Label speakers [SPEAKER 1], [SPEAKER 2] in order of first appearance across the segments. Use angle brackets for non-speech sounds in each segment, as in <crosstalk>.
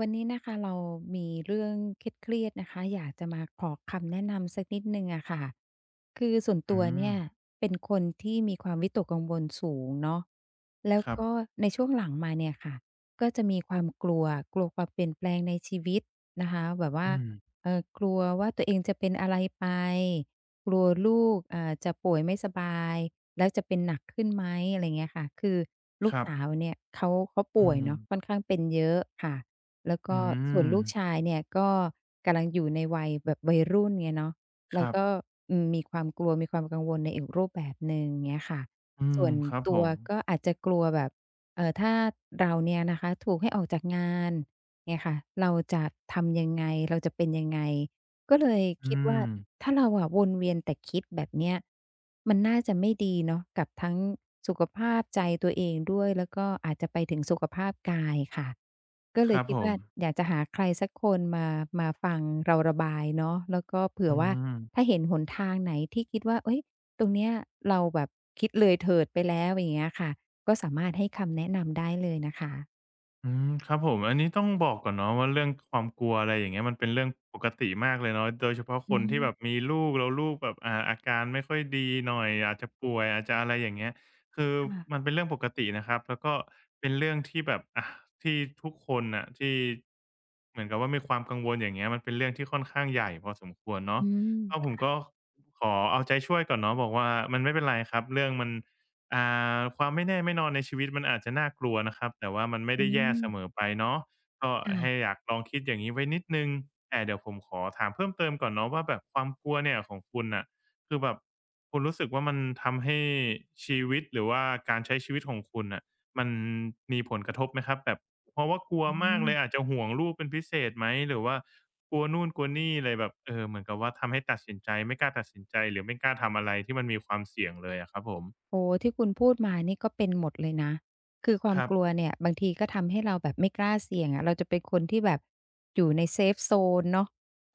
[SPEAKER 1] วันนี้นะคะเรามีเรื่องเครียดๆนะคะอยากจะมาขอคำแนะนำสักนิดหนึ่งอะค่ะคือส่วนตั
[SPEAKER 2] อื
[SPEAKER 1] ว
[SPEAKER 2] ม
[SPEAKER 1] เนี่ยเป็นคนที่มีความวิตกกังวลสูงเนาะแล้ว
[SPEAKER 2] ครั
[SPEAKER 1] ก็
[SPEAKER 2] บ
[SPEAKER 1] ในช่วงหลังมาเนี่ยค่ะก็จะมีความกลัวกลัวความเปลี่ยนแปลงในชีวิตนะคะแบบว่า
[SPEAKER 2] อืม
[SPEAKER 1] กลัวว่าตัวเองจะเป็นอะไรไปกลัวลูกเอ่าจะป่วยไม่สบายแล้วจะเป็นหนักขึ้นไหมอะไรเงี้ยค่ะคือลู
[SPEAKER 2] ค
[SPEAKER 1] ก
[SPEAKER 2] รับ
[SPEAKER 1] สาวเนี่ยเขา
[SPEAKER 2] อื
[SPEAKER 1] ป่วยเนาะค่อน
[SPEAKER 2] ม
[SPEAKER 1] ข้างเป็นเยอะค่ะ แล้วก็
[SPEAKER 2] อื
[SPEAKER 1] ส่วน
[SPEAKER 2] ม
[SPEAKER 1] ลูกชายเนี่ยก็กำลังอยู่ในวัยแบบวัยรุ่นไงเนาะ
[SPEAKER 2] ค
[SPEAKER 1] เรา
[SPEAKER 2] รับ
[SPEAKER 1] ก็มีความกลัวมีความกังวลในอีกรูปแบบหนึ่งเงี้ยค่ะ
[SPEAKER 2] อืม
[SPEAKER 1] ส่วน
[SPEAKER 2] ครับผ
[SPEAKER 1] ตัว
[SPEAKER 2] ม
[SPEAKER 1] ก็อาจจะกลัวแบบถ้าเราเนี่ยนะคะถูกให้ออกจากงานเงี้ยค่ะเราจะทำยังไงเราจะเป็นยังไงก็เลย
[SPEAKER 2] อื
[SPEAKER 1] คิดว่า
[SPEAKER 2] ม
[SPEAKER 1] ถ้าเราอะวนเวียนแต่คิดแบบเนี้ยมันน่าจะไม่ดีเนาะกับทั้งสุขภาพใจตัวเองด้วยแล้วก็อาจจะไปถึงสุขภาพกายค่ะ ก็
[SPEAKER 2] ค
[SPEAKER 1] เลย
[SPEAKER 2] รับ
[SPEAKER 1] คิ
[SPEAKER 2] ผ
[SPEAKER 1] ด
[SPEAKER 2] ม
[SPEAKER 1] ว่าอยากจะหาใครสักคนมาฟังเราระบายเนาะแล้วก็เผื่
[SPEAKER 2] อื
[SPEAKER 1] อว่าถ้า
[SPEAKER 2] ม
[SPEAKER 1] เห็นหนทางไหนที่คิดว่าเฮ้ยตรงเนี้ยเราแบบคิดเลยเถิดไปแล้วอย่างเงี้ยค่ะก็สามารถให้คำแนะนำได้เลยนะคะ
[SPEAKER 2] อืมครับผมอันนี้ต้องบอกก่อนเนาะว่าเรื่องความกลัวอะไรอย่างเงี้ยมันเป็นเรื่องปกติมากเลยเนาะโดยเฉพาะค
[SPEAKER 1] อื
[SPEAKER 2] นที่แบ
[SPEAKER 1] ม
[SPEAKER 2] บมีลูกแล้วลูกแบบอาการไม่ค่อยดีหน่อยอาจจะป่วยอาจจะอะไรอย่างเงี้ยคือมั
[SPEAKER 1] ค่ะ
[SPEAKER 2] นเป็นเรื่องปกตินะครับแล้วก็เป็นเรื่องที่แบบอะที่ทุกคนน่ะที่เหมือนกับว่ามีความกังวลอย่างเงี้ยมันเป็นเรื่องที่ค่อนข้างใหญ่พอสมควรเนาะ
[SPEAKER 1] อื
[SPEAKER 2] ก็ผ
[SPEAKER 1] ม
[SPEAKER 2] มก็ขอเอาใจช่วยก่อนเนาะบอกว่ามันไม่เป็นไรครับเรื่องมัน อ่ความไม่แน่ไม่นอนในชีวิตมันอาจจะน่ากลัวนะครับแต่ว่ามันไม่
[SPEAKER 1] อื
[SPEAKER 2] ได้แย่เสมอ
[SPEAKER 1] ม
[SPEAKER 2] ไปเนาะก็ให้
[SPEAKER 1] ค่ะ
[SPEAKER 2] อยากลองคิดอย่างนี้ไว้นิดหนึ่งแต่เดี๋ยวผมขอถามเพิ่มเติมก่อนเนาะว่าแบบความกลัวเนี่ยของคุณน่ะคือแบบคุณรู้สึกว่ามันทำให้ชีวิตหรือว่าการใช้ชีวิตของคุณน่ะมันมีผลกระทบไหมครับแบบเพราะว่ากลัวมากเลยอาจจะห่วงลูกเป็นพิเศษไหมหรือว่ากลัวนู่นกลัวนี่เลยแบบเออเหมือนกับว่าทำให้ตัดสินใจไม่กล้าตัดสินใจหรือไม่กล้าทำอะไรที่มันมีความเสี่ยงเลยอะครับผม
[SPEAKER 1] โอ้ที่คุณพูดมานี่ก็เป็นหมดเลยนะคือควา
[SPEAKER 2] ค
[SPEAKER 1] ม
[SPEAKER 2] รั
[SPEAKER 1] กลัว
[SPEAKER 2] บ
[SPEAKER 1] เนี่ยบางทีก็ทำให้เราแบบไม่กล้าเสี่ยงอะเราจะเป็นคนที่แบบอยู่ในเซฟโซนเนาะ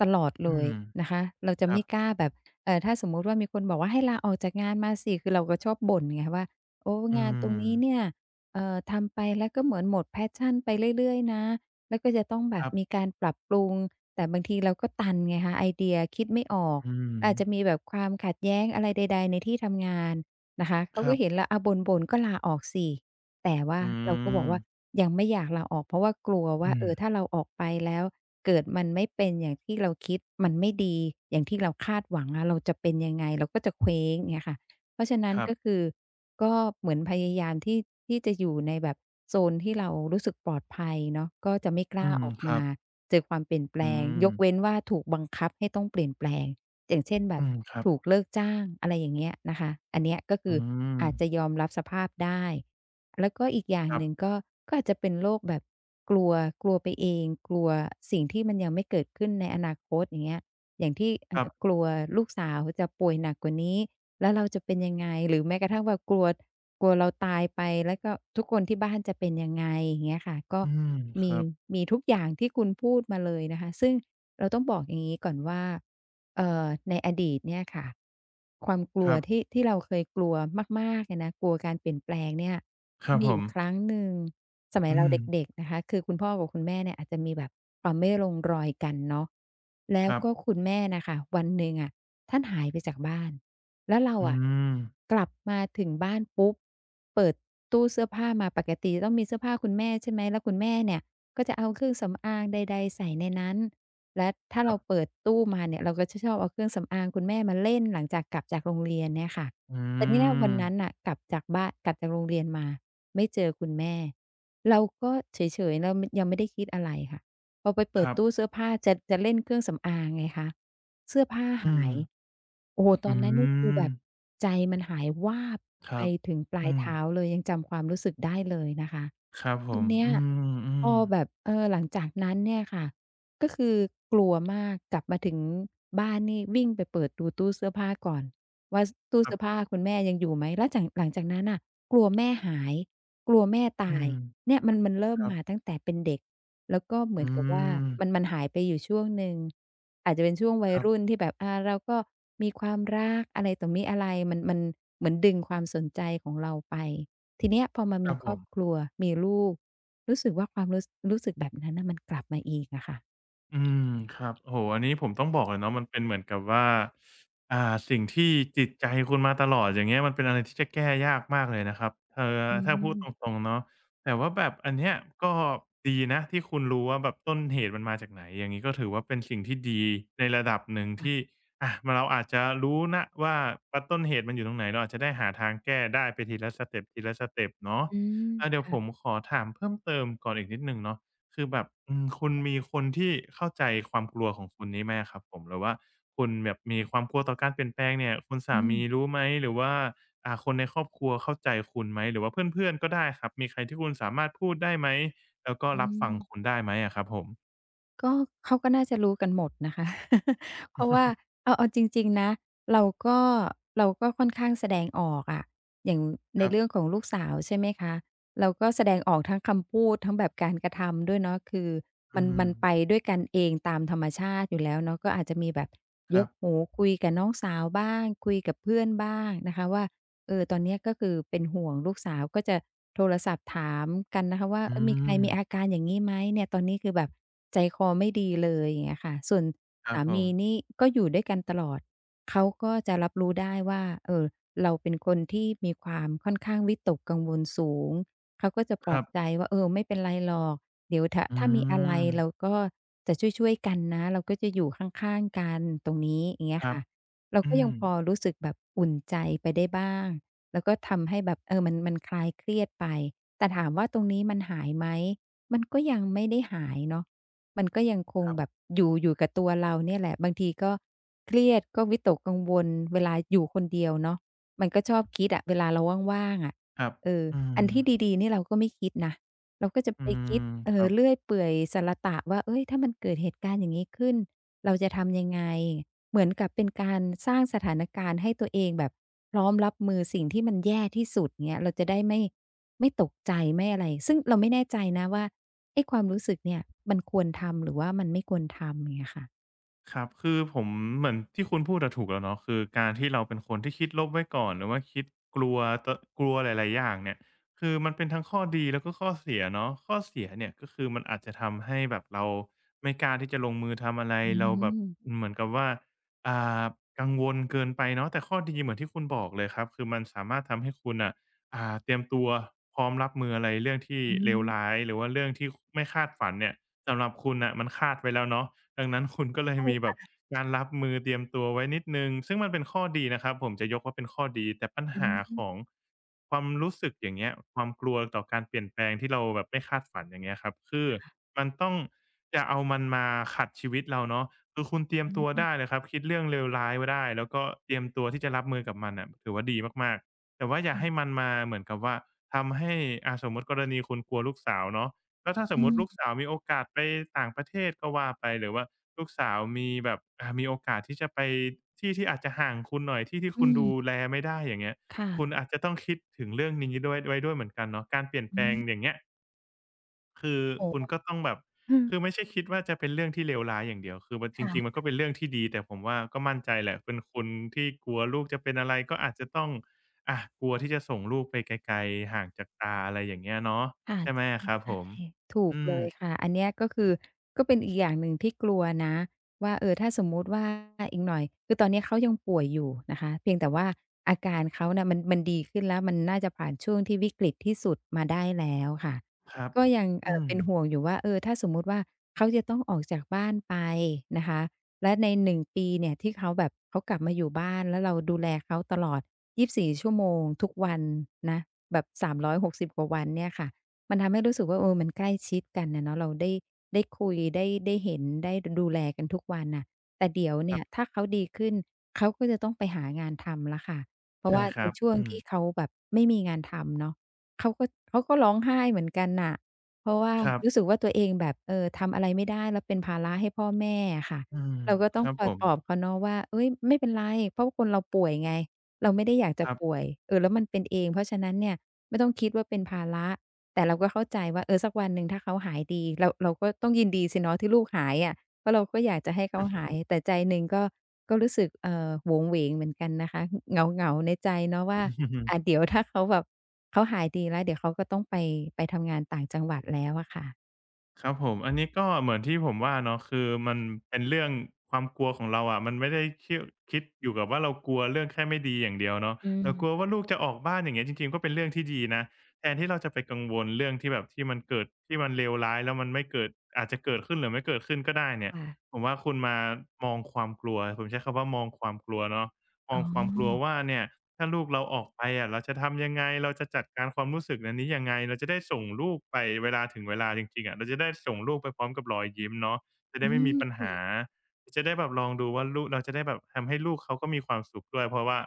[SPEAKER 1] ตลอด
[SPEAKER 2] อื
[SPEAKER 1] เลย
[SPEAKER 2] ม
[SPEAKER 1] นะคะเรา
[SPEAKER 2] ค
[SPEAKER 1] จะ
[SPEAKER 2] รับ
[SPEAKER 1] ไม่กล้าแบบถ้าสมมุติว่ามีคนบอกว่าให้ลาออกจากงานมาสิคือเราก็ชอบบ่นไงว่าโอ้
[SPEAKER 2] อื
[SPEAKER 1] งานตรง
[SPEAKER 2] ม
[SPEAKER 1] นี้เนี่ยทำไปแล้วก็เหมือนหมด passion ไปเรื่อยๆนะแล้วก็จะต้องแบ
[SPEAKER 2] ค
[SPEAKER 1] บ
[SPEAKER 2] รับ
[SPEAKER 1] มีการปรับปรุงแต่บางทีเราก็ตันไงคะไอเดียคิดไม่ออก
[SPEAKER 2] อืม
[SPEAKER 1] อาจจะมีแบบความขัดแย้งอะไรใดๆในที่ทำงาน นะคะ
[SPEAKER 2] ค
[SPEAKER 1] เขา
[SPEAKER 2] รั
[SPEAKER 1] ก็เห็น
[SPEAKER 2] บ
[SPEAKER 1] แล้วอาบ่นๆก็ลาออกสิแต่ว่า
[SPEAKER 2] อื
[SPEAKER 1] เราก็บอก
[SPEAKER 2] ม
[SPEAKER 1] ว่ายังไม่อยากลาออกเพราะว่ากลัวว่า
[SPEAKER 2] อืม
[SPEAKER 1] ถ้าเราออกไปแล้วเกิดมันไม่เป็นอย่างที่เราคิดมันไม่ดีอย่างที่เราคาดหวังอะเราจะเป็นยังไงเราก็จะเคว้งเงี้ยค่ะเพราะฉะนั้
[SPEAKER 2] ค
[SPEAKER 1] น
[SPEAKER 2] รับ
[SPEAKER 1] ก็คือก็เหมือนพยายามที่จะอยู่ในแบบโซนที่เรารู้สึกปลอดภัยเนาะก็จะไม่ก
[SPEAKER 2] อื
[SPEAKER 1] ล้า
[SPEAKER 2] ม
[SPEAKER 1] ออก
[SPEAKER 2] ครั
[SPEAKER 1] มา
[SPEAKER 2] บ
[SPEAKER 1] เจอความเปลี่ยนแปล
[SPEAKER 2] อื
[SPEAKER 1] งย
[SPEAKER 2] ม
[SPEAKER 1] กเว้นว่าถูกบังคับให้ต้องเปลี่ยนแปลง อย่างเช่นแบ
[SPEAKER 2] อื
[SPEAKER 1] บ
[SPEAKER 2] มครับ
[SPEAKER 1] ถูกเลิกจ้างอะไรอย่างเงี้ยนะคะอันเนี้ยก็
[SPEAKER 2] อื
[SPEAKER 1] คือ
[SPEAKER 2] ม
[SPEAKER 1] อาจจะยอมรับสภาพได้แล้วก็อีกอย่าง
[SPEAKER 2] ครั
[SPEAKER 1] ห
[SPEAKER 2] บ
[SPEAKER 1] นึ่งก็ก็อาจจะเป็นโรคแบบกลัวกลัวไปเองกลัวสิ่งที่มันยังไม่เกิดขึ้นในอนาคตอย่างเงี้ยอย่างที่
[SPEAKER 2] ครั
[SPEAKER 1] ก
[SPEAKER 2] บ
[SPEAKER 1] ลัวลูกสาวจะป่วยหนักกว่านี้แล้วเราจะเป็นยังไงหรือแม้กระทั่งแบบกลัวกลัวเราตายไปแล้วก็ทุกคนที่บ้านจะเป็นยังไงอย่างเงี้ยค่ะก็
[SPEAKER 2] อืมค
[SPEAKER 1] มี
[SPEAKER 2] รับ
[SPEAKER 1] มีทุกอย่างที่คุณพูดมาเลยนะคะซึ่ง เราต้องบอกอย่างนี้ก่อนว่าในอดีตเนี่ยค่ะความก
[SPEAKER 2] ค
[SPEAKER 1] ลัว
[SPEAKER 2] รับ
[SPEAKER 1] ที่เราเคยกลัวมากๆเลยนะกลัวการเปลี่ยนแปลงเนี่ย
[SPEAKER 2] ค
[SPEAKER 1] มั
[SPEAKER 2] รั
[SPEAKER 1] น
[SPEAKER 2] บ
[SPEAKER 1] มี
[SPEAKER 2] ผ
[SPEAKER 1] อ
[SPEAKER 2] ม
[SPEAKER 1] ยู่ครั้งหนึ่งสมัย
[SPEAKER 2] อื
[SPEAKER 1] เรา
[SPEAKER 2] ม
[SPEAKER 1] เด็กๆนะคะคือคุณพ่อกับคุณแม่เนี่ยอาจจะมีแบบความไม่ลงรอยกันเนาะแล้
[SPEAKER 2] ค
[SPEAKER 1] ว
[SPEAKER 2] รับ
[SPEAKER 1] ก็คุณแม่น่ะค่ะวันหนึ่งอะท่านหายไปจากบ้านแล้วเรา
[SPEAKER 2] อื
[SPEAKER 1] อะ
[SPEAKER 2] ม
[SPEAKER 1] กลับมาถึงบ้านปุ๊บเปิดตู้เสื้อผ้ามาปกติจะต้องมีเสื้อผ้าคุณแม่ใช่ไหมแล้วคุณแม่เนี่ยก็จะเอาเครื่องสำอางใดๆใส่ในนั้น และถ้า
[SPEAKER 2] ครั
[SPEAKER 1] เรา
[SPEAKER 2] บ
[SPEAKER 1] เปิดตู้มาเนี่ยเราก็จะชอบเอาเครื่องสำอางคุณแม่มาเล่นหลังจากกลับจากโรงเรียนเนี่ยค่ะ
[SPEAKER 2] อื
[SPEAKER 1] แต่ทีเนี้ยวันนั้น
[SPEAKER 2] ม
[SPEAKER 1] น่ะกลับจากบ้านกลับจากโรงเรียนมาไม่เจอคุณแม่เราก็เฉยๆเรามยังไม่ได้คิดอะไรค่ะพอไป
[SPEAKER 2] ค
[SPEAKER 1] เปิด
[SPEAKER 2] รั
[SPEAKER 1] ตู้
[SPEAKER 2] บ
[SPEAKER 1] เสื้อผ้าจะเล่นเครื่องสำอางไงคะเสื้อผ้าอื
[SPEAKER 2] อื
[SPEAKER 1] หาม
[SPEAKER 2] ม
[SPEAKER 1] ยโอ้โฮต
[SPEAKER 2] อื
[SPEAKER 1] อนนั้นนี่คือ
[SPEAKER 2] ม
[SPEAKER 1] แบบใจมันหายวาบ
[SPEAKER 2] ค
[SPEAKER 1] ไป
[SPEAKER 2] รับ
[SPEAKER 1] ถึงปลาย
[SPEAKER 2] อืม
[SPEAKER 1] เท้าเลยยังจำความรู้สึกได้เลยนะคะ
[SPEAKER 2] ครับผ
[SPEAKER 1] ที
[SPEAKER 2] ม
[SPEAKER 1] เนี้ย
[SPEAKER 2] อื
[SPEAKER 1] พ
[SPEAKER 2] ม
[SPEAKER 1] อแบบ
[SPEAKER 2] ๆ
[SPEAKER 1] หลังจากนั้นเนี่ยค่ะก็คือกลัวมากกลับมาถึงบ้านนี่วิ่งไปเปิดดูตู้เสื้อผ้าก่อนว่าสตู้
[SPEAKER 2] ครั
[SPEAKER 1] เสื้อ
[SPEAKER 2] บ
[SPEAKER 1] ผ้าคุณแม่ยังอยู่ไหมแล้วจากหลังจากนั้นน่ะกลัวแม่หายกลัวแม่
[SPEAKER 2] อื
[SPEAKER 1] ตาย
[SPEAKER 2] ม
[SPEAKER 1] เนี่ยมันเริ่
[SPEAKER 2] ค
[SPEAKER 1] ม
[SPEAKER 2] รับ
[SPEAKER 1] มาตั้งแต่เป็นเด็กแล้วก็เหมือ
[SPEAKER 2] อื
[SPEAKER 1] นกับว่า
[SPEAKER 2] ม
[SPEAKER 1] มันหายไปอยู่ช่วงหนึ่งอาจจะเป็นช่วงวั
[SPEAKER 2] ค
[SPEAKER 1] ย
[SPEAKER 2] รั
[SPEAKER 1] รุ่น
[SPEAKER 2] บ
[SPEAKER 1] ที่แบบเราก็มีความรักอะไรต่อมิอะไรมันเหมือนดึงความสนใจของเราไปทีเนี้ยพอมา
[SPEAKER 2] ครั
[SPEAKER 1] มี
[SPEAKER 2] บ
[SPEAKER 1] ค
[SPEAKER 2] ผ
[SPEAKER 1] รอ
[SPEAKER 2] ม
[SPEAKER 1] บครัวมีลูก รู้สึกว่าความรู้รู้สึกแบบนั้นน่ะมันกลับมาอีกอะค่ะ
[SPEAKER 2] อืมครับโอ้โฮอันนี้ผมต้องบอกเลยเนาะมันเป็นเหมือนกับว่าสิ่งที่จิตใจคุณมาตลอดอย่างเงี้ยมันเป็นอะไรที่จะแก้ยากมากเลยนะครับ
[SPEAKER 1] อื
[SPEAKER 2] ถ้าพูดต
[SPEAKER 1] ม
[SPEAKER 2] รงๆเนาะแต่ว่าแบบอันเนี้ยก็ดีนะที่คุณรู้ว่าแบบต้นเหตุมันมาจากไหนอย่างงี้ก็ถือว่าเป็นสิ่งที่ดีในระดับหนึ่ง
[SPEAKER 1] ค่ะ
[SPEAKER 2] ที่อะมเราอาจจะรู้นะว่าต้นเหตุมันอยู่ตรงไหนเราอาจจะได้หาทางแก้ได้ไปทีละสเต็ปทีละสเต็ปเนาะ
[SPEAKER 1] อื
[SPEAKER 2] อาเดี๋ยว
[SPEAKER 1] ม
[SPEAKER 2] ผมขอถามเพิ่มเติมก่อนอีกนิดหนึ่งเนาะ คือแบบอืมคุณมีคนที่เข้าใจความกลัวของคุณนี้ไหมอะครับผมหรือว่าคุณแบบมีความกลัวต่อการเปลี่ยนแปลงเนี่ยคุณสา
[SPEAKER 1] อืม
[SPEAKER 2] มีรู้ไหมหรือว่าคนในครอบครัวเข้าใจคุณไหมหรือว่าเพื่อนๆก็ได้ครับมีใครที่คุณสามารถพูดได้ไหมแล้วก็
[SPEAKER 1] อื
[SPEAKER 2] รับฟัง
[SPEAKER 1] ม
[SPEAKER 2] คุณได้ไหมอะครับผม
[SPEAKER 1] ก็เขาก็น่าจะรู้กันหมดนะคะ <laughs> เพราะว่าเอาจริงๆนะเราก็เราก็ค่อนข้างแสดงออกอะอย่าง
[SPEAKER 2] ค
[SPEAKER 1] ใน
[SPEAKER 2] รับ
[SPEAKER 1] เรื่องของลูกสาวใช่ไหมคะ เราก็แสดงออกทั้งคำพูดทั้งแบบการกระทำด้วยเนาะคือ
[SPEAKER 2] อื
[SPEAKER 1] มัน
[SPEAKER 2] ม
[SPEAKER 1] มันไปด้วยกันเองตามธรรมชาติอยู่แล้วเนาะก็อาจจะมีแบบ
[SPEAKER 2] ค
[SPEAKER 1] ย
[SPEAKER 2] รั
[SPEAKER 1] ก
[SPEAKER 2] บ
[SPEAKER 1] หูคุยกับน้องสาวบ้างคุยกับเพื่อนบ้างนะคะว่า เออตอนเนี้ยก็คือเป็นห่วงลูกสาวก็จะโทรศัพท์ถามกันนะคะว่า
[SPEAKER 2] อื
[SPEAKER 1] เออมีใคร
[SPEAKER 2] ม
[SPEAKER 1] มีอาการอย่างงี้ไหมเนี่ยตอนนี้คือแบบใจคอไม่ดีเลยอย่างเงี้ยค่ะส่วน
[SPEAKER 2] ครับ
[SPEAKER 1] สา
[SPEAKER 2] ผม
[SPEAKER 1] มีนี่ก็อยู่ด้วยกันตลอดเขาก็จะรับรู้ได้ว่าเราเป็นคนที่มีความค่อนข้างวิตกกังวลสูงเขาก็จะป
[SPEAKER 2] ค
[SPEAKER 1] ลอ
[SPEAKER 2] รั
[SPEAKER 1] บ
[SPEAKER 2] บ
[SPEAKER 1] ใจว่าเออไม่เป็นไรหรอกเดี๋ยวถ้า
[SPEAKER 2] อื
[SPEAKER 1] ถ้ามีอะไรเรา
[SPEAKER 2] ม
[SPEAKER 1] ก็จะช่วยๆกันนะเราก็จะอยู่ข้างๆกันตรงนี้อย่างเงี้
[SPEAKER 2] ค
[SPEAKER 1] ย
[SPEAKER 2] รับ
[SPEAKER 1] ค่ะ เรา
[SPEAKER 2] อื
[SPEAKER 1] ก็ยัง
[SPEAKER 2] ม
[SPEAKER 1] พอรู้สึกแบบอุ่นใจไปได้บ้างแล้วก็ทำให้แบบเออมันคลายเครียดไปแต่ถามว่าตรงนี้มันหายไหมมันก็ยังไม่ได้หายเนาะมันก็ยังค
[SPEAKER 2] ค
[SPEAKER 1] ง
[SPEAKER 2] รั
[SPEAKER 1] แบบ
[SPEAKER 2] บ
[SPEAKER 1] อยู่กับตัวเราเนี่ยแหละบางทีก็เครียดก็วิตกกังวลเวลาอยู่คนเดียวเนาะมันก็ชอบคิดอะเวลาเราว่างๆอะ
[SPEAKER 2] ครับ
[SPEAKER 1] เออ
[SPEAKER 2] อื
[SPEAKER 1] อัน
[SPEAKER 2] ม
[SPEAKER 1] ที่ดีๆนี่เราก็ไม่คิดนะเราก็จะ
[SPEAKER 2] อื
[SPEAKER 1] ไปคิ
[SPEAKER 2] ม
[SPEAKER 1] ด
[SPEAKER 2] ครับ
[SPEAKER 1] เรื่อยเปื่อยสะระตะว่าเฮ้ยถ้ามันเกิดเหตุการณ์อย่างงี้ขึ้นเราจะทำยังไง เหมือนกับเป็นการสร้างสถานการณ์ให้ตัวเองแบบพร้อมรับมือสิ่งที่มันแย่ที่สุดเงี้ยเราจะได้ไม่ตกใจไม่อะไรซึ่งเราไม่แน่ใจนะว่าไอ้ความรู้สึกเนี่ยมันควรทำหรือว่ามันไม่ควรทำอย่างเงี้ยค่ะ
[SPEAKER 2] ครับคือผมเหมือนที่คุณพูดอะถูกแล้วเนาะคือการที่เราเป็นคนที่คิดลบไว้ก่อนหรือว่าคิดกลัวตกลัวหลายๆอย่างเนี่ยคือมันเป็นทั้งข้อดีแล้วก็ข้อเสียเนาะข้อเสียเนี่ยก็คือมันอาจจะทำให้แบบเราไม่กล้าที่จะลงมือทำอะไรเราแบบเหมือนกับว่าอ่ากังวลเกินไปเนาะแต่ข้อดีเหมือนที่คุณบอกเลยครับคือมันสามารถทำให้คุณน่ะเตรียมตัวพร้อมรับมืออะไรเรื่องที่
[SPEAKER 1] อื
[SPEAKER 2] เลว
[SPEAKER 1] ม
[SPEAKER 2] ร้ายหรือว่าเรื่องที่ไม่คาดฝันเนี่ยสำหรับคุณน่ะมันคาดไว้แล้วเนาะ ดังนั้น <laughs> คุณก็เลยมีแบบการรับมือเตรียมตัวไว้นิดหนึ่งซึ่งมันเป็นข้อดีนะครับผมจะยกว่าเป็นข้อดีแต่ปัญ
[SPEAKER 1] อื
[SPEAKER 2] หาข
[SPEAKER 1] ม
[SPEAKER 2] องความรู้สึกอย่างเงี้ยความกลัวต่อการเปลี่ยนแปลงที่เราแบบไม่คาดฝันอย่างเงี้ยครับคือมันต้องอย่าเอามันมาขัดชีวิตเราเนาะคือคุณเตรียมตัว
[SPEAKER 1] อืม
[SPEAKER 2] ได้เลยครับคิดเรื่องเลวร้ายไว้ได้แล้วก็เตรียมตัวที่จะรับมือกับมันอ่ะถือว่าดีมากๆแต่ว่าอย่าให้มันมาเหมือนกับว่าทำให้สมมติกรณีคุณกลัวลูกสาวเนาะ แล้วถ้าสมมุ
[SPEAKER 1] อื
[SPEAKER 2] ติลูก
[SPEAKER 1] ม
[SPEAKER 2] สาวมีโอกาสไปต่างประเทศก็ว่าไปหรือว่าลูกสาวมีแบบมีโอกาสที่จะไปที่ที่อาจจะห่างคุณหน่อยที่ที่
[SPEAKER 1] อื
[SPEAKER 2] คุณดู
[SPEAKER 1] ม
[SPEAKER 2] แลไม่ได้อย่างเงี้ยคุณอาจจะต้องคิดถึงเรื่องนี้ด้วยไว้ด้วยเหมือนกันเนาะการเปลี่ยนแปลงอย่างเงี้ยคือคุณก็ต้องแบบ
[SPEAKER 1] อืม
[SPEAKER 2] คือไม่ใช่คิดว่าจะเป็นเรื่องที่เลวร้ายอย่างเดียวคือมันจริงๆมัน
[SPEAKER 1] ค่ะ
[SPEAKER 2] ก็เป็นเรื่องที่ดีแต่ผมว่าก็มั่นใจแหละเป็นคุณที่กลัวลูกจะเป็นอะไรก็อาจจะต้องกลัวที่จะส่งลูกไปไกลๆห่างจากตาอะไรอย่างเงี้ยเนาะใช่ไหม
[SPEAKER 1] ค่ะ
[SPEAKER 2] อะครับผม
[SPEAKER 1] ถูก
[SPEAKER 2] อื
[SPEAKER 1] เล
[SPEAKER 2] ม
[SPEAKER 1] ยค่ะอันเนี้ยก็คือก็เป็นอีกอย่างหนึ่งที่กลัวนะว่าเออถ้าสมมุติว่าอีกหน่อยคือตอนเนี้ยเขายังป่วยอยู่นะคะเพียงแต่ว่าอาการเขาน่ะมันดีขึ้นแล้วมันน่าจะผ่านช่วงที่วิกฤตที่สุดมาได้แล้วค่ะ
[SPEAKER 2] ครับ
[SPEAKER 1] ก็ยัง
[SPEAKER 2] อืม
[SPEAKER 1] เป็นห่วงอยู่ว่าเออถ้าสมมุติว่าเขาจะต้องออกจากบ้านไปนะคะและใน1 ปีเนี่ยที่เขาแบบเขากลับมาอยู่บ้านแล้วเราดูแลเขาตลอด24 ชั่วโมงทุกวันนะแบบ360กว่าวันเนี่ยค่ะ มันทำให้รู้สึกว่าเออมันใกล้ชิดกันน่ะเนาะเราได้ได้คุยได้เห็นได้ดดูแลกันทุกวันน่ะแต่เดี๋ยว
[SPEAKER 2] ค
[SPEAKER 1] เนี่
[SPEAKER 2] รั
[SPEAKER 1] ย
[SPEAKER 2] บ
[SPEAKER 1] ถ้าเขาดีขึ้นเขาก็จะต้องไปหางานทำแล้วค่ะเพราะ
[SPEAKER 2] ใช่
[SPEAKER 1] ว่า
[SPEAKER 2] ค
[SPEAKER 1] ใน
[SPEAKER 2] รับ
[SPEAKER 1] ช่วง
[SPEAKER 2] อืม
[SPEAKER 1] ที่เขาแบบไม่มีงานทำเนาะเขาก็เขาก็ร้องไห้เหมือนกันน่ะเพราะว่า
[SPEAKER 2] ครั
[SPEAKER 1] รู้สึ
[SPEAKER 2] บ
[SPEAKER 1] กว่าตัวเองแบบเออทำอะไรไม่ได้แล้วเป็นภาระให้พ่อแม่อะค่ะ
[SPEAKER 2] อืม
[SPEAKER 1] เราก็
[SPEAKER 2] ค
[SPEAKER 1] ต้อง
[SPEAKER 2] รับ
[SPEAKER 1] ค
[SPEAKER 2] ผ
[SPEAKER 1] อย
[SPEAKER 2] ม
[SPEAKER 1] ปลอบเขาเนาะว่าเฮ้ยไม่เป็นไรเพราะคนเราป่วยไงเราไม่ได้อยาก
[SPEAKER 2] ค
[SPEAKER 1] จะ
[SPEAKER 2] รับ
[SPEAKER 1] ป่วยเออแล้วมันเป็นเองเพราะฉะนั้นเนี่ยไม่ต้องคิดว่าเป็นภาระ แต่เราก็เข้าใจว่าเออสักวันหนึ่งถ้าเขาหายดีเราก็ต้องยินดีสิเนาะที่ลูกหายอะเพราะเราก็อยากจะให้เขาหา
[SPEAKER 2] <laughs>
[SPEAKER 1] ยแต่ใจหนึ่งก็ก็รู้สึกโหวงเหวงเหมือนกันนะคะเหงาๆในใจเนาะว่าเดี๋ยวถ้าเขาแบบเขาหายดีแล้วเดี๋ยวเขาก็ต้องไปทำงานต่างจังหวัดแล้วอะค่ะ
[SPEAKER 2] ครับผมอันนี้ก็เหมือนที่ผมว่าเนาะคือมันเป็นเรื่องความกลัวของเราอะมันไม่ได้เคี่ยวคิดอยู่กับว่าเรากลัวเรื่องแค่ไม่ดีอย่างเดียวเนาะ
[SPEAKER 1] อืม
[SPEAKER 2] เรากลัวว่าลูกจะออกบ้านอย่างเงี้ยจริงๆก็เป็นเรื่องที่ดีนะแทนที่เราจะไปกังวลเรื่องที่แบบที่มันเกิดที่มันเลวร้ายแล้วมันไม่เกิดอาจจะเกิดขึ้นหรือไม่เกิดขึ้นก็ได้เนี่ย
[SPEAKER 1] ค่ะ
[SPEAKER 2] ผมว่าคุณมามองความกลัวผมใช้คำว่ามองความกลัวเนาะมองความกลัวว่าเนี่ย ถ้าลูกเราออกไปอะเราจะทำยังไงเราจะจัดการความรู้สึกอันนี้ยังไงเราจะได้ส่งลูกไปเวลาถึงเวลาจริงๆอะเราจะได้ส่งลูกไปพร้อมกับรอยยิ้มเนาะจะได้
[SPEAKER 1] อื
[SPEAKER 2] ไม่มี
[SPEAKER 1] ม
[SPEAKER 2] ปัญหา จะได้แบบลองดูว่าลูกเราจะได้แบบทำให้ลูกเขาก็มีความสุขด้วยเพราะว่า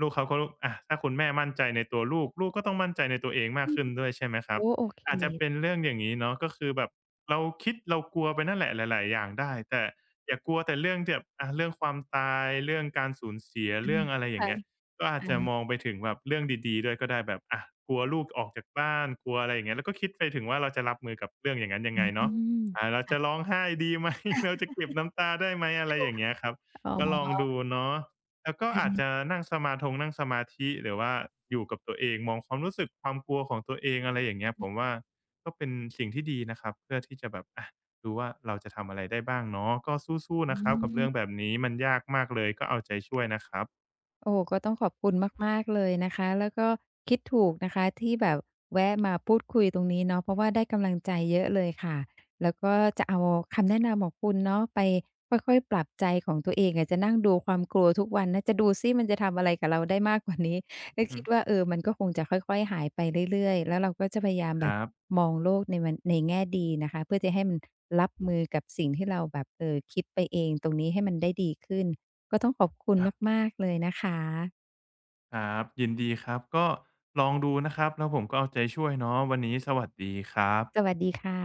[SPEAKER 2] ลูกเขาก็อะถ้าคุณแม่มั่นใจในตัวลูกลูกก็ต้องมั่นใจในตัวเองมากขึ้นด้วยใช่ไหมครับ
[SPEAKER 1] โอ้โอเค
[SPEAKER 2] อาจจะเป็นเรื่องอย่างงี้เนาะก็คือแบบเราคิดเรากลัวไปนั่นแหละหลายๆอย่างได้แต่อย่ากลัวแต่เรื่องที่แบบอะเรื่องความตายเรื่องการสูญเสียเรื่องอะไรอย่าง
[SPEAKER 1] ค่ะ
[SPEAKER 2] เงี้ย ก็อาจจะ
[SPEAKER 1] ๆ
[SPEAKER 2] มองไปถึงแบบเรื่องดีๆด้วยก็ได้แบบอะกลัวลูกออกจากบ้านกลัวอะไรอย่างเงี้ยแล้วก็คิดไปถึงว่าเราจะรับมือกับเรื่องอย่างนั้นยัง
[SPEAKER 1] อื
[SPEAKER 2] ไงเนาะ
[SPEAKER 1] ม
[SPEAKER 2] เราจะร้องไห้ดีไหม <laughs> เราจะเก็บน้ำตาได้ไหมอะไรอย่างเงี้ยครับ
[SPEAKER 1] อ๋
[SPEAKER 2] ก็ลอง
[SPEAKER 1] อ
[SPEAKER 2] ดูเนาะแล้วก็อาจจะนั่งสมาธิหรือว่าอยู่กับตัวเองมองความรู้สึกความกลัวของตัวเองอะไรอย่างเงี้ยผมว่าก็เป็นสิ่งที่ดีนะครับเพื่อที่จะแบบอะดูว่าเราจะทำอะไรได้บ้างเนาะก็สู้ๆ
[SPEAKER 1] อื
[SPEAKER 2] นะครับกับเรื่องแบ
[SPEAKER 1] ม
[SPEAKER 2] บนี้มันยากมากเลยก็เอาใจช่วยนะครับ
[SPEAKER 1] โอ้โฮก็ต้องขอบคุณมากๆเลยนะคะแล้วก็คิดถูกนะคะที่แบบแวะมาพูดคุยตรงนี้เนาะเพราะว่าได้กำลังใจเยอะเลยค่ะแล้วก็จะเอาคำแนะนำของคุณเนาะไปค่อยๆปรับใจของตัวเองอะจะนั่งดูความกลัวทุกวันนะจะดูซิมันจะทำอะไรกับเราได้มากกว่านี้ก็
[SPEAKER 2] อือฮึ
[SPEAKER 1] คิดว่าเออมันก็คงจะค่อยๆหายไปเรื่อยๆแล้วเราก็จะพยายาม
[SPEAKER 2] ค
[SPEAKER 1] แบบ
[SPEAKER 2] รับ
[SPEAKER 1] มองโลกในมันในแง่ดีนะคะเพื่อจะให้มันรับมือกับสิ่งที่เราแบบคิดไปเองตรงนี้ให้มันได้ดีขึ้น ก็ต้องขอบคุณ
[SPEAKER 2] ครับ
[SPEAKER 1] มากๆเลยนะคะ
[SPEAKER 2] ครับ ยินดีครับ ก็ลองดูนะครับ แล้วผมก็เอาใจช่วยเนาะวันนี้สวัสดีครั
[SPEAKER 1] ส
[SPEAKER 2] บ
[SPEAKER 1] วัสดีค่ะ